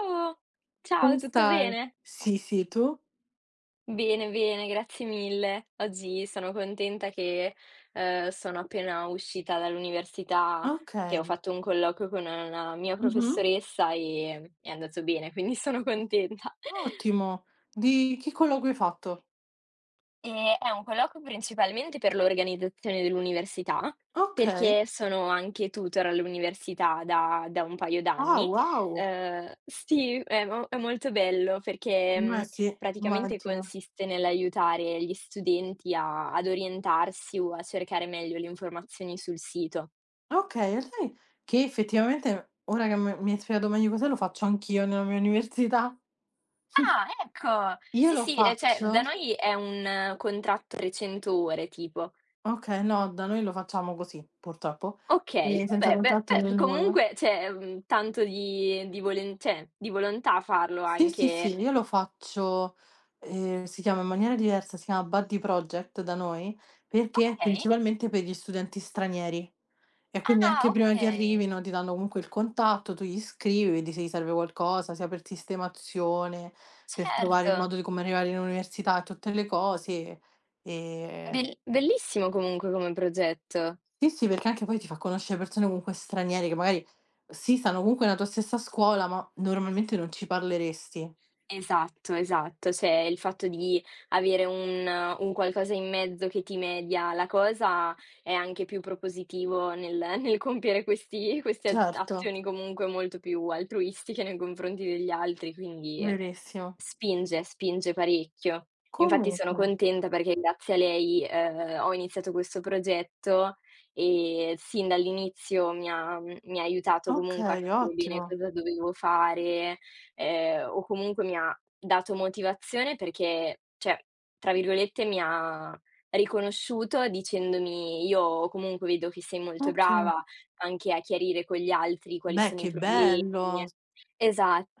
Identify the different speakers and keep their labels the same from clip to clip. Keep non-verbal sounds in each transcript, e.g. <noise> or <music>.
Speaker 1: Ciao, ciao,
Speaker 2: Come
Speaker 1: tutto
Speaker 2: stai?
Speaker 1: bene?
Speaker 2: Sì, sì, tu?
Speaker 1: Bene, bene, grazie mille. Oggi sono contenta che, sono appena uscita dall'università, che ho
Speaker 2: Okay.
Speaker 1: fatto un colloquio con una mia
Speaker 2: Mh-mh.
Speaker 1: professoressa, è andato bene, quindi sono contenta. <laughs>
Speaker 2: Ottimo. Di che colloquio hai fatto?
Speaker 1: È un colloquio principalmente per l'organizzazione dell'università,
Speaker 2: Okay.
Speaker 1: perché sono anche tutor all'università da un paio
Speaker 2: Ah,
Speaker 1: d'anni.
Speaker 2: wow.
Speaker 1: Sì, è mo è molto bello perché,
Speaker 2: Ma sì,
Speaker 1: praticamente
Speaker 2: immagino.
Speaker 1: consiste nell'aiutare gli studenti a ad orientarsi o a cercare meglio le informazioni sul sito.
Speaker 2: Okay, e sai che effettivamente ora che m mi hai spiegato meglio cos'è, lo faccio anch'io nella mia università.
Speaker 1: Ah, ecco!
Speaker 2: Io
Speaker 1: Sì,
Speaker 2: lo
Speaker 1: sì, cioè da
Speaker 2: faccio
Speaker 1: noi è un contratto 300 ore tipo.
Speaker 2: okay, no, da noi lo facciamo così, purtroppo,
Speaker 1: Okay,
Speaker 2: senza
Speaker 1: vabbè,
Speaker 2: contratto
Speaker 1: beh,
Speaker 2: né
Speaker 1: beh,
Speaker 2: nulla.
Speaker 1: comunque c'è, tanto di volen cioè, di volontà a farlo
Speaker 2: Sì, sì,
Speaker 1: anche.
Speaker 2: sì, io lo faccio, si chiama in maniera diversa, si chiama Buddy Project da noi, perché è
Speaker 1: Okay.
Speaker 2: principalmente per gli studenti stranieri e quindi
Speaker 1: Ah,
Speaker 2: anche prima che
Speaker 1: okay,
Speaker 2: arrivino ti danno comunque il contatto, tu gli scrivi, vedi se gli serve qualcosa, sia per sistemazione, per trovare il
Speaker 1: certo.
Speaker 2: modo di come arrivare in università e tutte le cose. Ehm,
Speaker 1: Bellissimo comunque come progetto.
Speaker 2: sì, sì, perché anche poi ti fa conoscere persone comunque straniere che magari sì, stanno comunque nella tua stessa scuola, ma normalmente non ci parleresti.
Speaker 1: Esatto, esatto. Cioè, il fatto di avere un qualcosa in mezzo che ti media la cosa è anche più propositivo nel <laughs> nel compiere questi queste
Speaker 2: Certo,
Speaker 1: azioni comunque molto più altruistiche nei confronti degli altri, quindi
Speaker 2: verissimo.
Speaker 1: spinge, spinge parecchio. Infatti sono
Speaker 2: Comunque.
Speaker 1: contenta perché grazie a lei, ho iniziato questo progetto e sin dall'inizio mi ha aiutato comunque a
Speaker 2: Okay,
Speaker 1: capire bene
Speaker 2: ottimo.
Speaker 1: cosa dovevo fare, o comunque mi ha dato motivazione perché, cioè, tra virgolette, mi ha riconosciuto dicendomi: "Io comunque vedo che sei molto
Speaker 2: Okay.
Speaker 1: brava anche a chiarire con gli altri quali
Speaker 2: Beh,
Speaker 1: sono i
Speaker 2: che
Speaker 1: problemi".
Speaker 2: bello,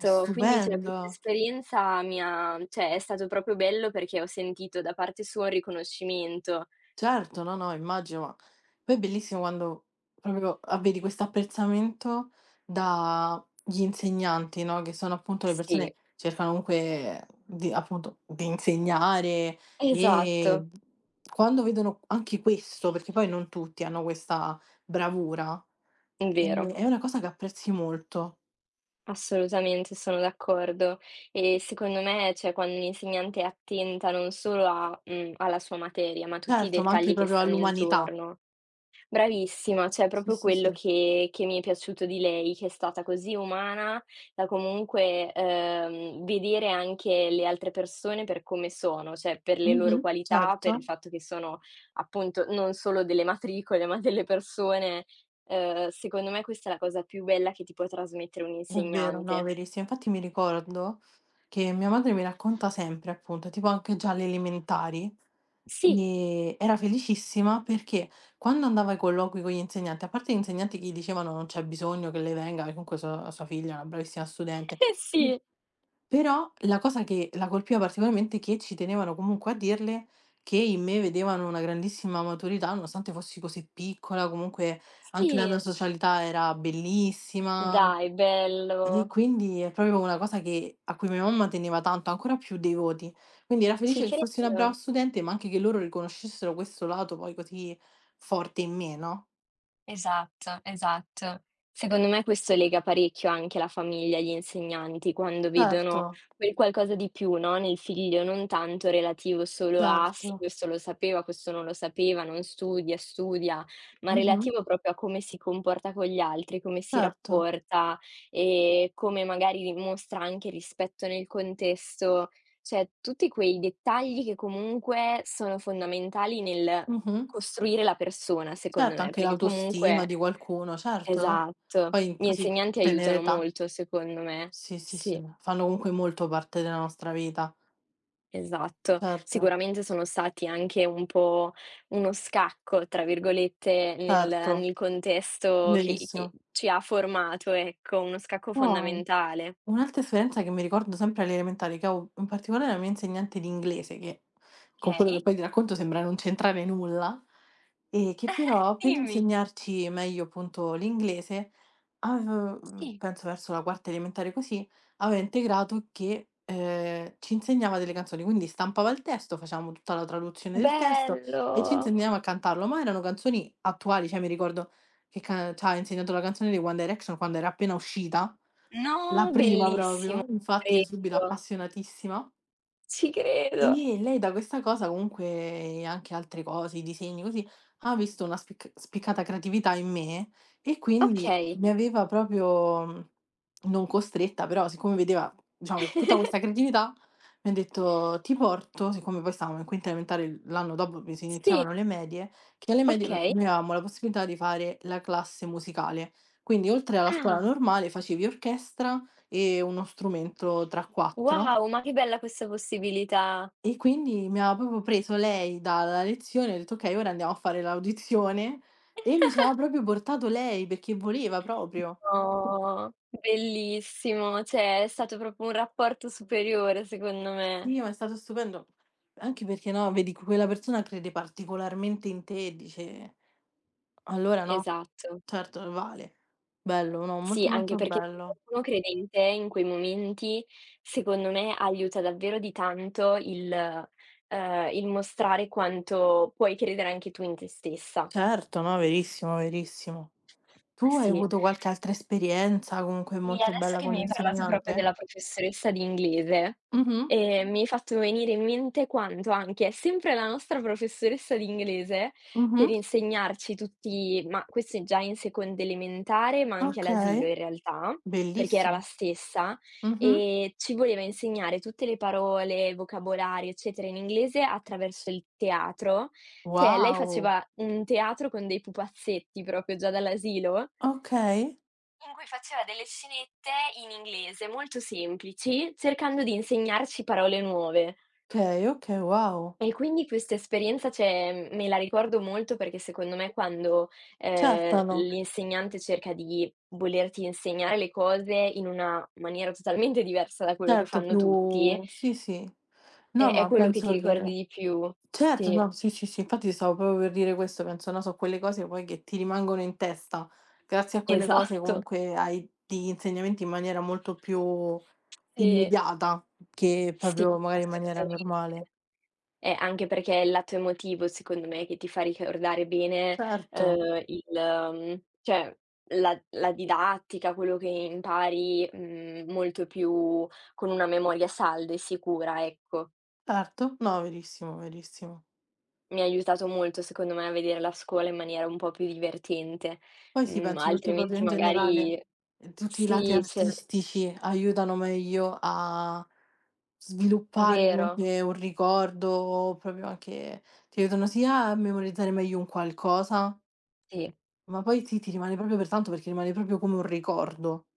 Speaker 2: è
Speaker 1: quindi cioè questa
Speaker 2: stupendo.
Speaker 1: esperienza mi ha cioè è stato proprio bello perché ho sentito da parte sua un riconoscimento.
Speaker 2: Certo, no, no, immagino, ma poi è bellissimo quando proprio a vedi questo apprezzamento dagli insegnanti, no, che sono appunto le persone che
Speaker 1: Sì,
Speaker 2: cercano comunque di appunto, di insegnare e
Speaker 1: esatto,
Speaker 2: quando vedono anche questo, perché poi non tutti hanno questa bravura,
Speaker 1: vero,
Speaker 2: è una cosa che apprezzi molto.
Speaker 1: assolutamente sono d'accordo. E secondo me, cioè quando un'insegnante è attenta non solo a alla sua materia, ma a tutti i
Speaker 2: Certo, ma anche
Speaker 1: dettagli che
Speaker 2: proprio
Speaker 1: stanno
Speaker 2: all'umanità.
Speaker 1: intorno. Bravissima, cioè è
Speaker 2: Sì,
Speaker 1: proprio
Speaker 2: sì,
Speaker 1: quello
Speaker 2: sì.
Speaker 1: che che mi è piaciuto di lei, che è stata così umana da comunque, vedere anche le altre persone per come sono, cioè per le loro
Speaker 2: Mh-mh,
Speaker 1: qualità,
Speaker 2: certo.
Speaker 1: per il fatto che sono appunto non solo delle matricole, ma delle persone. Secondo me questa è la cosa più bella che ti può trasmettere un
Speaker 2: È vero, no,
Speaker 1: insegnante.
Speaker 2: verissimo. Infatti mi ricordo che mia madre mi racconta sempre, appunto, tipo anche già alle elementari,
Speaker 1: Sì,
Speaker 2: era felicissima perché quando andava ai colloqui con gli insegnanti, a parte gli insegnanti che gli dicevano: "Non c'è bisogno che lei venga, che comunque sua figlia è una bravissima studente",
Speaker 1: <laughs> eh
Speaker 2: mh,
Speaker 1: sì,
Speaker 2: però la cosa che la colpiva particolarmente è che ci tenevano comunque a dirle che in me vedevano una grandissima maturità, nonostante fossi così piccola, comunque anche la
Speaker 1: sì.
Speaker 2: mia socialità era bellissima.
Speaker 1: Dai
Speaker 2: E
Speaker 1: bello,
Speaker 2: quindi è proprio una cosa che a cui mia mamma teneva tanto, ancora più dei voti. Quindi era
Speaker 1: ci
Speaker 2: felice che fossi una brava
Speaker 1: credo.
Speaker 2: studente, ma anche che loro riconoscessero questo lato poi così forte in me, no.
Speaker 1: Esatto, esatto. Secondo me questo lega parecchio anche la famiglia, gli insegnanti, quando
Speaker 2: Certo,
Speaker 1: vedono quel qualcosa di più, no, nel figlio, non tanto relativo solo a: "Sì,
Speaker 2: certo.
Speaker 1: questo lo sapeva, questo non lo sapeva, non studia, studia", ma
Speaker 2: Mh-mh.
Speaker 1: relativo proprio a come si comporta con gli altri, come si
Speaker 2: Certo.
Speaker 1: rapporta e come magari dimostra anche rispetto nel contesto. Cioè, tutti quei dettagli che comunque sono fondamentali nel
Speaker 2: Mh-mh.
Speaker 1: costruire la persona secondo
Speaker 2: Certo,
Speaker 1: me,
Speaker 2: anche
Speaker 1: perché
Speaker 2: l'autostima
Speaker 1: comunque
Speaker 2: di qualcuno, certo.
Speaker 1: esatto,
Speaker 2: Poi in
Speaker 1: gli
Speaker 2: così
Speaker 1: insegnanti
Speaker 2: tenera
Speaker 1: aiutano
Speaker 2: età.
Speaker 1: molto secondo me.
Speaker 2: Sì, sì, sì,
Speaker 1: Sì,
Speaker 2: fanno comunque molto parte della nostra vita.
Speaker 1: esatto.
Speaker 2: Certo,
Speaker 1: Sicuramente sono stati anche un po' "uno scacco" tra virgolette nel
Speaker 2: certo,
Speaker 1: nel contesto che
Speaker 2: verissimo.
Speaker 1: ci ha formato, ecco, uno scacco
Speaker 2: Poi
Speaker 1: fondamentale.
Speaker 2: un'altra esperienza che mi ricordo sempre alle elementari, che avevo in particolare la mia insegnante di inglese, che con quello che
Speaker 1: Okay,
Speaker 2: poi ti racconto sembra non c'entrare nulla, e che però per
Speaker 1: dimmi.
Speaker 2: insegnarci meglio appunto l'inglese,
Speaker 1: Sì.
Speaker 2: penso verso la quarta elementare così, aveva integrato che, ci insegnava delle canzoni, quindi stampava il testo, facevamo tutta la traduzione del testo e ci
Speaker 1: Bello.
Speaker 2: insegnava a cantarlo, ma erano canzoni attuali, cioè mi ricordo che ca c'ha insegnato la canzone dei One Direction quando era appena uscita la
Speaker 1: No,
Speaker 2: prima
Speaker 1: bellissimo,
Speaker 2: proprio, infatti io subito
Speaker 1: credo.
Speaker 2: appassionatissima.
Speaker 1: Ci credo.
Speaker 2: Sì, lei da questa cosa comunque e anche altre cose, i disegni così, ha visto una spiccata creatività in me e quindi
Speaker 1: Okay.
Speaker 2: mi aveva proprio, non costretta, però siccome vedeva, diciamo, tutta questa
Speaker 1: <laughs>
Speaker 2: creatività, mi ha detto: "Ti porto", siccome poi stavamo in quinta elementare, l'anno dopo che si
Speaker 1: Sì,
Speaker 2: iniziavano le medie, che alle medie noi
Speaker 1: okay.
Speaker 2: noi avevamo la possibilità di fare la classe musicale. Quindi oltre alla scuola
Speaker 1: Ah,
Speaker 2: normale facevi orchestra e uno strumento tra 4
Speaker 1: wow, ma che bella questa possibilità.
Speaker 2: e quindi mi aveva proprio preso lei dalla lezione, ho detto: "Okay, ora andiamo a fare l'audizione" e mi ci aveva proprio portato lei perché voleva proprio.
Speaker 1: Oh, bellissimo, cioè è stato proprio un rapporto superiore secondo me.
Speaker 2: Sì, ma è stato stupendo. Anche perché, no, vedi quella persona crede particolarmente in te e dice allora no,
Speaker 1: Esatto.
Speaker 2: certo vale. Bello, no,
Speaker 1: Sì,
Speaker 2: molto,
Speaker 1: anche
Speaker 2: molto
Speaker 1: perché se
Speaker 2: bello.
Speaker 1: qualcuno crede in te in quei momenti, secondo me aiuta davvero di tanto il mostrare quanto puoi credere anche tu in te stessa.
Speaker 2: Certo, no, verissimo, verissimo. Tu hai
Speaker 1: Sì.
Speaker 2: avuto qualche altra esperienza comunque
Speaker 1: Sì,
Speaker 2: molto
Speaker 1: adesso
Speaker 2: bella
Speaker 1: che
Speaker 2: con
Speaker 1: mi hai parlato proprio
Speaker 2: l'insegnante?
Speaker 1: della professoressa di inglese,
Speaker 2: Mh-mh.
Speaker 1: mi hai fatto venire in mente quanto anche è sempre la nostra professoressa di inglese,
Speaker 2: Mh-mh.
Speaker 1: per insegnarci tutti ma questo è già in seconda elementare, ma anche all'asilo
Speaker 2: Okay.
Speaker 1: in realtà, perché era la
Speaker 2: Bellissimo.
Speaker 1: stessa,
Speaker 2: Mh-mh.
Speaker 1: ci voleva insegnare tutte le parole, vocabolario, eccetera, in inglese attraverso il teatro. Cioè, lei
Speaker 2: Wow.
Speaker 1: faceva un teatro con dei pupazzetti proprio già dall'asilo,
Speaker 2: Okay,
Speaker 1: in cui faceva delle scenette in inglese molto semplici, cercando di insegnarci parole nuove.
Speaker 2: okay, okay, wow.
Speaker 1: E quindi questa esperienza, cioè, me la ricordo molto perché secondo me quando,
Speaker 2: Certano,
Speaker 1: l'insegnante cerca di volerti insegnare le cose in una maniera totalmente diversa da quello che
Speaker 2: certo
Speaker 1: fanno tutti,
Speaker 2: più sì, sì. No,
Speaker 1: è
Speaker 2: ma
Speaker 1: quello che ti
Speaker 2: penso
Speaker 1: ricordi
Speaker 2: che
Speaker 1: di più.
Speaker 2: certo,
Speaker 1: Sì,
Speaker 2: no, sì, sì, sì, infatti ti stavo proprio per dire questo, penso, no, so' quelle cose poi che ti rimangono in testa. Grazie a quelle cose
Speaker 1: esatto.
Speaker 2: comunque hai degli insegnamenti in maniera molto più
Speaker 1: Sì,
Speaker 2: immediata che
Speaker 1: sì,
Speaker 2: proprio magari in maniera normale.
Speaker 1: assolutamente. Anche perché è il lato emotivo secondo me che ti fa ricordare bene,
Speaker 2: Certo,
Speaker 1: cioè la didattica, quello che impari, molto più con una memoria salda e sicura, ecco.
Speaker 2: certo. No, verissimo, verissimo.
Speaker 1: Mi ha aiutato molto secondo me a vedere la scuola in maniera un po' più divertente,
Speaker 2: Poi sì, penso tutto proprio
Speaker 1: altrimenti
Speaker 2: in generale,
Speaker 1: magari
Speaker 2: tutti i lati
Speaker 1: sì, cioè
Speaker 2: artistici aiutano meglio a sviluppare
Speaker 1: vero,
Speaker 2: comunque un ricordo o proprio anche ti aiutano sia a memorizzare meglio un qualcosa,
Speaker 1: sì.
Speaker 2: ma poi sì, ti rimane proprio per tanto perché rimane proprio come un ricordo.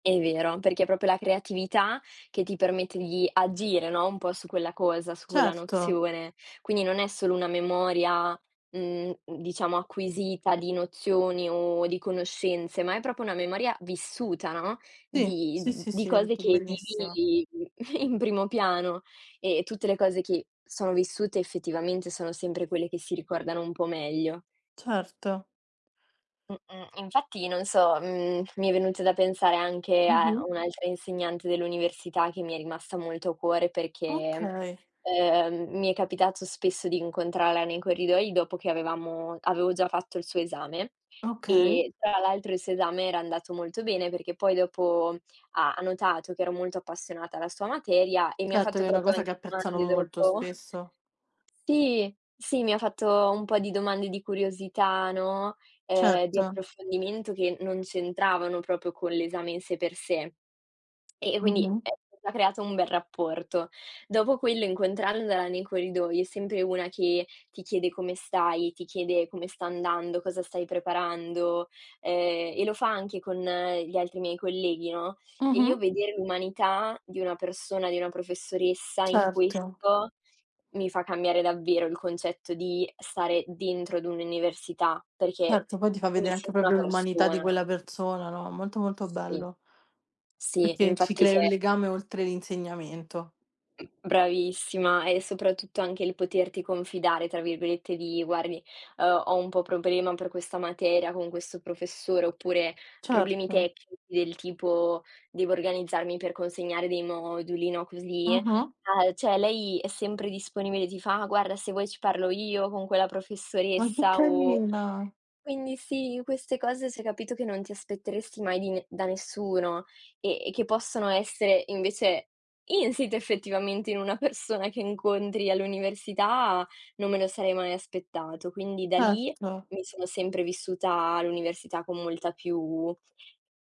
Speaker 1: È vero, perché è proprio la creatività che ti permette di agire, no, un po' su quella cosa, su quella
Speaker 2: Certo,
Speaker 1: nozione. Quindi non è solo una memoria, diciamo acquisita di nozioni o di conoscenze, ma è proprio una memoria vissuta, no,
Speaker 2: sì,
Speaker 1: di
Speaker 2: sì, sì,
Speaker 1: di
Speaker 2: sì, hai
Speaker 1: cose
Speaker 2: detto
Speaker 1: che
Speaker 2: benissimo.
Speaker 1: vivi <laughs> in primo piano. E tutte le cose che sono vissute effettivamente sono sempre quelle che si ricordano un po' meglio.
Speaker 2: Certo.
Speaker 1: Mh-mh. Infatti non so, mi è venuto da pensare anche a
Speaker 2: Mh-mh.
Speaker 1: un'altra insegnante dell'università che mi è rimasta molto a cuore perché,
Speaker 2: Okay,
Speaker 1: mi è capitato spesso di incontrarla nei corridoi dopo che avevamo avevo già fatto il suo esame
Speaker 2: okay.
Speaker 1: e tra l'altro il suo esame era andato molto bene perché poi dopo ha notato che ero molto appassionata alla sua materia e mi ha
Speaker 2: Certo
Speaker 1: fatto
Speaker 2: che è una
Speaker 1: proprio
Speaker 2: cosa
Speaker 1: anche
Speaker 2: che apprezzano
Speaker 1: domande
Speaker 2: molto
Speaker 1: dopo.
Speaker 2: spesso.
Speaker 1: Sì, sì, mi ha fatto un po' di domande di curiosità, no, di
Speaker 2: Certo.
Speaker 1: approfondimento che non c'entravano proprio con l'esame in sé per sé. E quindi
Speaker 2: Mh-mh.
Speaker 1: è già creato un bel rapporto. Dopo quello incontrandola nei corridoi, è sempre una che ti chiede come stai, ti chiede come sta andando, cosa stai preparando, e lo fa anche con gli altri miei colleghi, no, e
Speaker 2: Mh-mh.
Speaker 1: io vedere l'umanità di una persona, di una professoressa in
Speaker 2: Certo.
Speaker 1: questo, mi fa cambiare davvero il concetto di stare dentro ad un'università, perché
Speaker 2: Certo, poi ti fa
Speaker 1: mi
Speaker 2: vedere anche
Speaker 1: sento una
Speaker 2: proprio l'umanità di
Speaker 1: persona.
Speaker 2: quella persona, no, molto, molto
Speaker 1: Sì,
Speaker 2: bello,
Speaker 1: sì,
Speaker 2: perché ci
Speaker 1: infatti
Speaker 2: crei un
Speaker 1: c'è
Speaker 2: legame oltre l'insegnamento.
Speaker 1: bravissima e soprattutto anche il poterti confidare, tra virgolette, di: "Guardi, ho un po' problema per questa materia con questo professore", oppure problemi
Speaker 2: Certo.
Speaker 1: tecnici del tipo: "Devo organizzarmi per consegnare dei moduli", no, così.
Speaker 2: Ah-ah.
Speaker 1: Cioè lei è sempre disponibile, ti fa: "Ah, guarda se vuoi ci parlo io con quella
Speaker 2: Ma che
Speaker 1: professoressa" o
Speaker 2: carina.
Speaker 1: quindi sì, queste cose c'è capito che non ti aspetteresti mai di ne da nessuno e che possono essere invece insite effettivamente in una persona che incontri all'università, non me lo sarei mai aspettato. Quindi da lì
Speaker 2: Certo.
Speaker 1: mi sono sempre vissuta l'università con molta più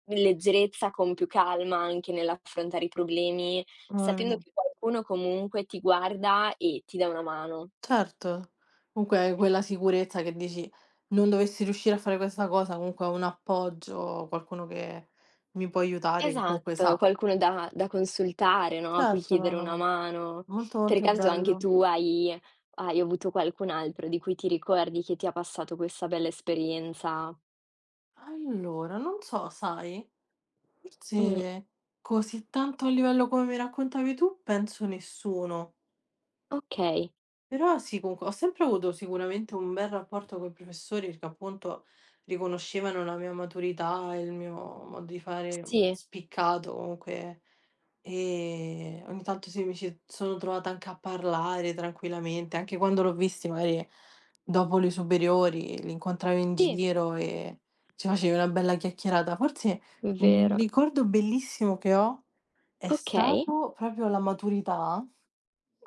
Speaker 1: leggerezza, con più calma anche nell'affrontare i problemi,
Speaker 2: Mamma
Speaker 1: sapendo
Speaker 2: mia.
Speaker 1: che qualcuno comunque ti guarda e ti dà una mano.
Speaker 2: Certo. Comunque hai quella sicurezza che dici: "Non dovessi riuscire a fare questa cosa, comunque ho un appoggio, qualcuno che mi può aiutare, che comunque
Speaker 1: Esatto,
Speaker 2: sa".
Speaker 1: qualcuno da consultare, no, a cui
Speaker 2: Certo, no,
Speaker 1: chiedere
Speaker 2: no,
Speaker 1: una
Speaker 2: no.
Speaker 1: mano.
Speaker 2: Molto,
Speaker 1: Per
Speaker 2: molto
Speaker 1: caso anche
Speaker 2: bello.
Speaker 1: tu hai avuto qualcun altro di cui ti ricordi che ti ha passato questa bella esperienza?
Speaker 2: Allora, non so, sai?
Speaker 1: Mh,
Speaker 2: Sì, così tanto a livello come mi raccontavi tu, penso nessuno.
Speaker 1: okay.
Speaker 2: Però sì, comunque ho sempre avuto sicuramente un bel rapporto coi professori perché appunto riconoscevano la mia maturità e il mio modo di fare
Speaker 1: Sì,
Speaker 2: spiccato comunque e ogni tanto sì, mi ci sono trovata anche a parlare tranquillamente, anche quando l'ho visti magari dopo le superiori, li incontravo in
Speaker 1: sì,
Speaker 2: giro e ci facevi una bella chiacchierata. Forse un
Speaker 1: vero.
Speaker 2: ricordo bellissimo che ho è
Speaker 1: Okay,
Speaker 2: stato proprio la maturità.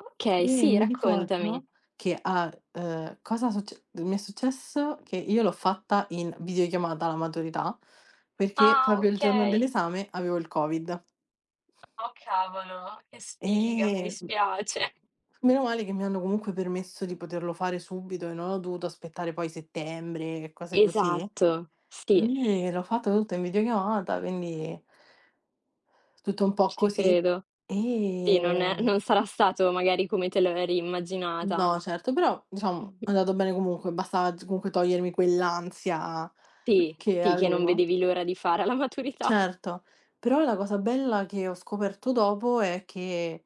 Speaker 1: okay, sì,
Speaker 2: Mi
Speaker 1: raccontami.
Speaker 2: ricordo che a cosa succe mi è successo che io l'ho fatta in videochiamata la maturità, perché
Speaker 1: Ah,
Speaker 2: proprio il giorno
Speaker 1: okay.
Speaker 2: dell'esame avevo il Covid.
Speaker 1: Oh cavolo, che
Speaker 2: E,
Speaker 1: sfiga, mi
Speaker 2: mhmm
Speaker 1: dispiace.
Speaker 2: meno male che mi hanno comunque permesso di poterlo fare subito e non ho dovuto aspettare poi settembre e cose così.
Speaker 1: Esatto, sì,
Speaker 2: Quindi l'ho fatto tutto in videochiamata, quindi tutto un po'
Speaker 1: ci
Speaker 2: così.
Speaker 1: credo. Sì,
Speaker 2: Ehm
Speaker 1: non sarà stato magari come te lo eri immaginata.
Speaker 2: No, certo, però diciamo è
Speaker 1: <laughs>
Speaker 2: andato bene comunque, bastava z comunque togliermi quell'ansia
Speaker 1: Sì,
Speaker 2: che
Speaker 1: sì, che non
Speaker 2: avevo.
Speaker 1: vedevi l'ora di fare alla <laughs> maturità.
Speaker 2: Certo, però la cosa bella che ho scoperto dopo è che,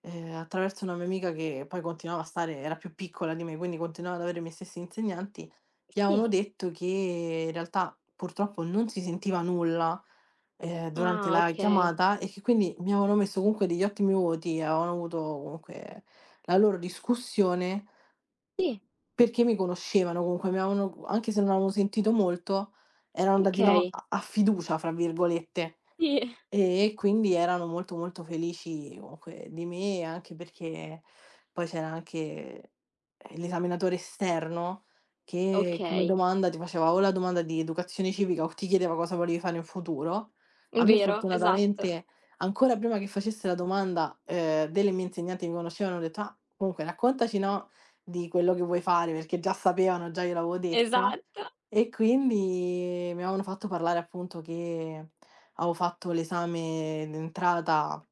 Speaker 2: attraverso una mia amica che poi continuava a stare, era più piccola di me, quindi continuava ad avere i miei stessi insegnanti, gli
Speaker 1: Sì.
Speaker 2: avevano detto che in realtà purtroppo non si sentiva nulla, durante
Speaker 1: Ah,
Speaker 2: la
Speaker 1: okay.
Speaker 2: chiamata e che quindi mi avevano messo comunque degli ottimi voti, avevano avuto comunque la loro discussione
Speaker 1: Sì,
Speaker 2: perché mi conoscevano comunque, mi avevano, anche se non avevano sentito molto, erano andati, no,
Speaker 1: okay.
Speaker 2: a "fiducia" fra virgolette,
Speaker 1: Sì,
Speaker 2: e quindi erano molto, molto felici comunque di me, anche perché poi c'era anche, l'esaminatore esterno che come
Speaker 1: okay.
Speaker 2: domanda ti faceva o la domanda di educazione civica o ti chiedeva cosa volevi fare in futuro. A me
Speaker 1: Vero, esatto,
Speaker 2: fortunatamente, ancora prima che facesse la domanda, delle mie insegnanti mi conoscevano, hanno detto: "Ah, comunque raccontaci, no, di quello che vuoi fare", perché già sapevano, già gliel'avevo detto.
Speaker 1: esatto.
Speaker 2: E quindi mi avevano fatto parlare appunto che avevo fatto l'esame d'entrata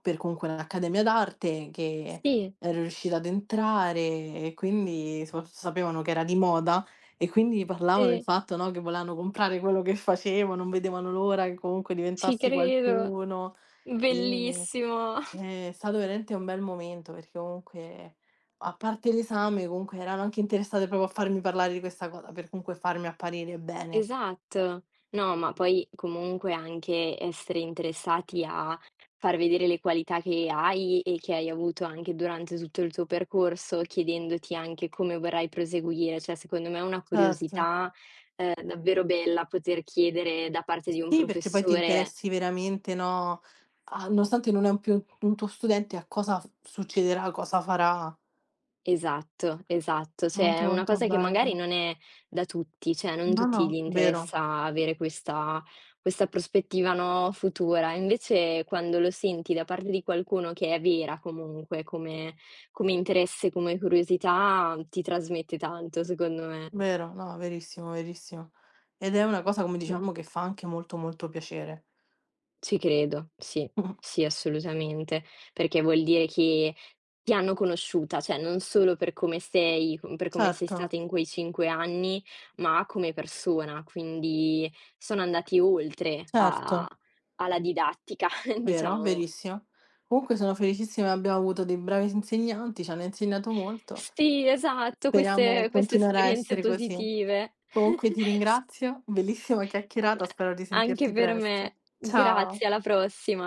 Speaker 2: per comunque l'Accademia d'Arte, che
Speaker 1: Sì,
Speaker 2: ero riuscita ad entrare e quindi sapevano che era di moda e quindi parlavano del
Speaker 1: sì,
Speaker 2: fatto, no, che volevano comprare quello che facevo, non vedevano l'ora che comunque
Speaker 1: ci
Speaker 2: diventassi
Speaker 1: credo.
Speaker 2: qualcuno. E
Speaker 1: Bellissimo.
Speaker 2: è stato veramente un bel momento perché comunque, a parte l'esame, comunque erano anche interessate proprio a farmi parlare di questa cosa, per comunque farmi apparire bene.
Speaker 1: Esatto. No, ma poi comunque anche essere interessati a far vedere le qualità che hai e che hai avuto anche durante tutto il tuo percorso, chiedendoti anche come vorrai proseguire. Cioè, secondo me è una
Speaker 2: Certo.
Speaker 1: curiosità, davvero bella poter chiedere da parte di un
Speaker 2: Sì, perché poi ti
Speaker 1: professore
Speaker 2: interessi veramente, no, a nonostante non è un più un tuo studente, a cosa f succederà, cosa farà.
Speaker 1: esatto, esatto. Cioè
Speaker 2: Molto,
Speaker 1: è una
Speaker 2: molto
Speaker 1: cosa che magari
Speaker 2: bello.
Speaker 1: non è da tutti, cioè non
Speaker 2: No,
Speaker 1: tutti gli
Speaker 2: no, vero,
Speaker 1: interessa avere questa prospettiva, no, futura. Invece quando lo senti da parte di qualcuno che è vera comunque come interesse, come curiosità, ti trasmette tanto secondo me.
Speaker 2: vero, no, verissimo, verissimo. Ed è una cosa, come
Speaker 1: Mh.
Speaker 2: dicevamo, che fa anche molto, molto piacere.
Speaker 1: Ci credo, sì,
Speaker 2: <laughs>
Speaker 1: sì, assolutamente, perché vuol dire che ti hanno conosciuta, cioè non solo per come sei, com per come sei
Speaker 2: Certo,
Speaker 1: stata in quei 5 anni, ma come persona. Quindi sono andati oltre a
Speaker 2: certo.
Speaker 1: alla didattica, <laughs>
Speaker 2: Vero,
Speaker 1: diciamo.
Speaker 2: verissimo. Comunque sono felicissima che abbiamo avuto dei bravi insegnanti, ci hanno insegnato molto.
Speaker 1: Sì, esatto,
Speaker 2: Speriamo
Speaker 1: queste
Speaker 2: continuerà a
Speaker 1: esperienze
Speaker 2: essere così.
Speaker 1: positive.
Speaker 2: Comunque ti
Speaker 1: <laughs> S
Speaker 2: ringrazio, bellissima chiacchierata, spero di
Speaker 1: anche
Speaker 2: sentirti
Speaker 1: per
Speaker 2: presto.
Speaker 1: me.
Speaker 2: Ciao.
Speaker 1: Grazie, alla prossima.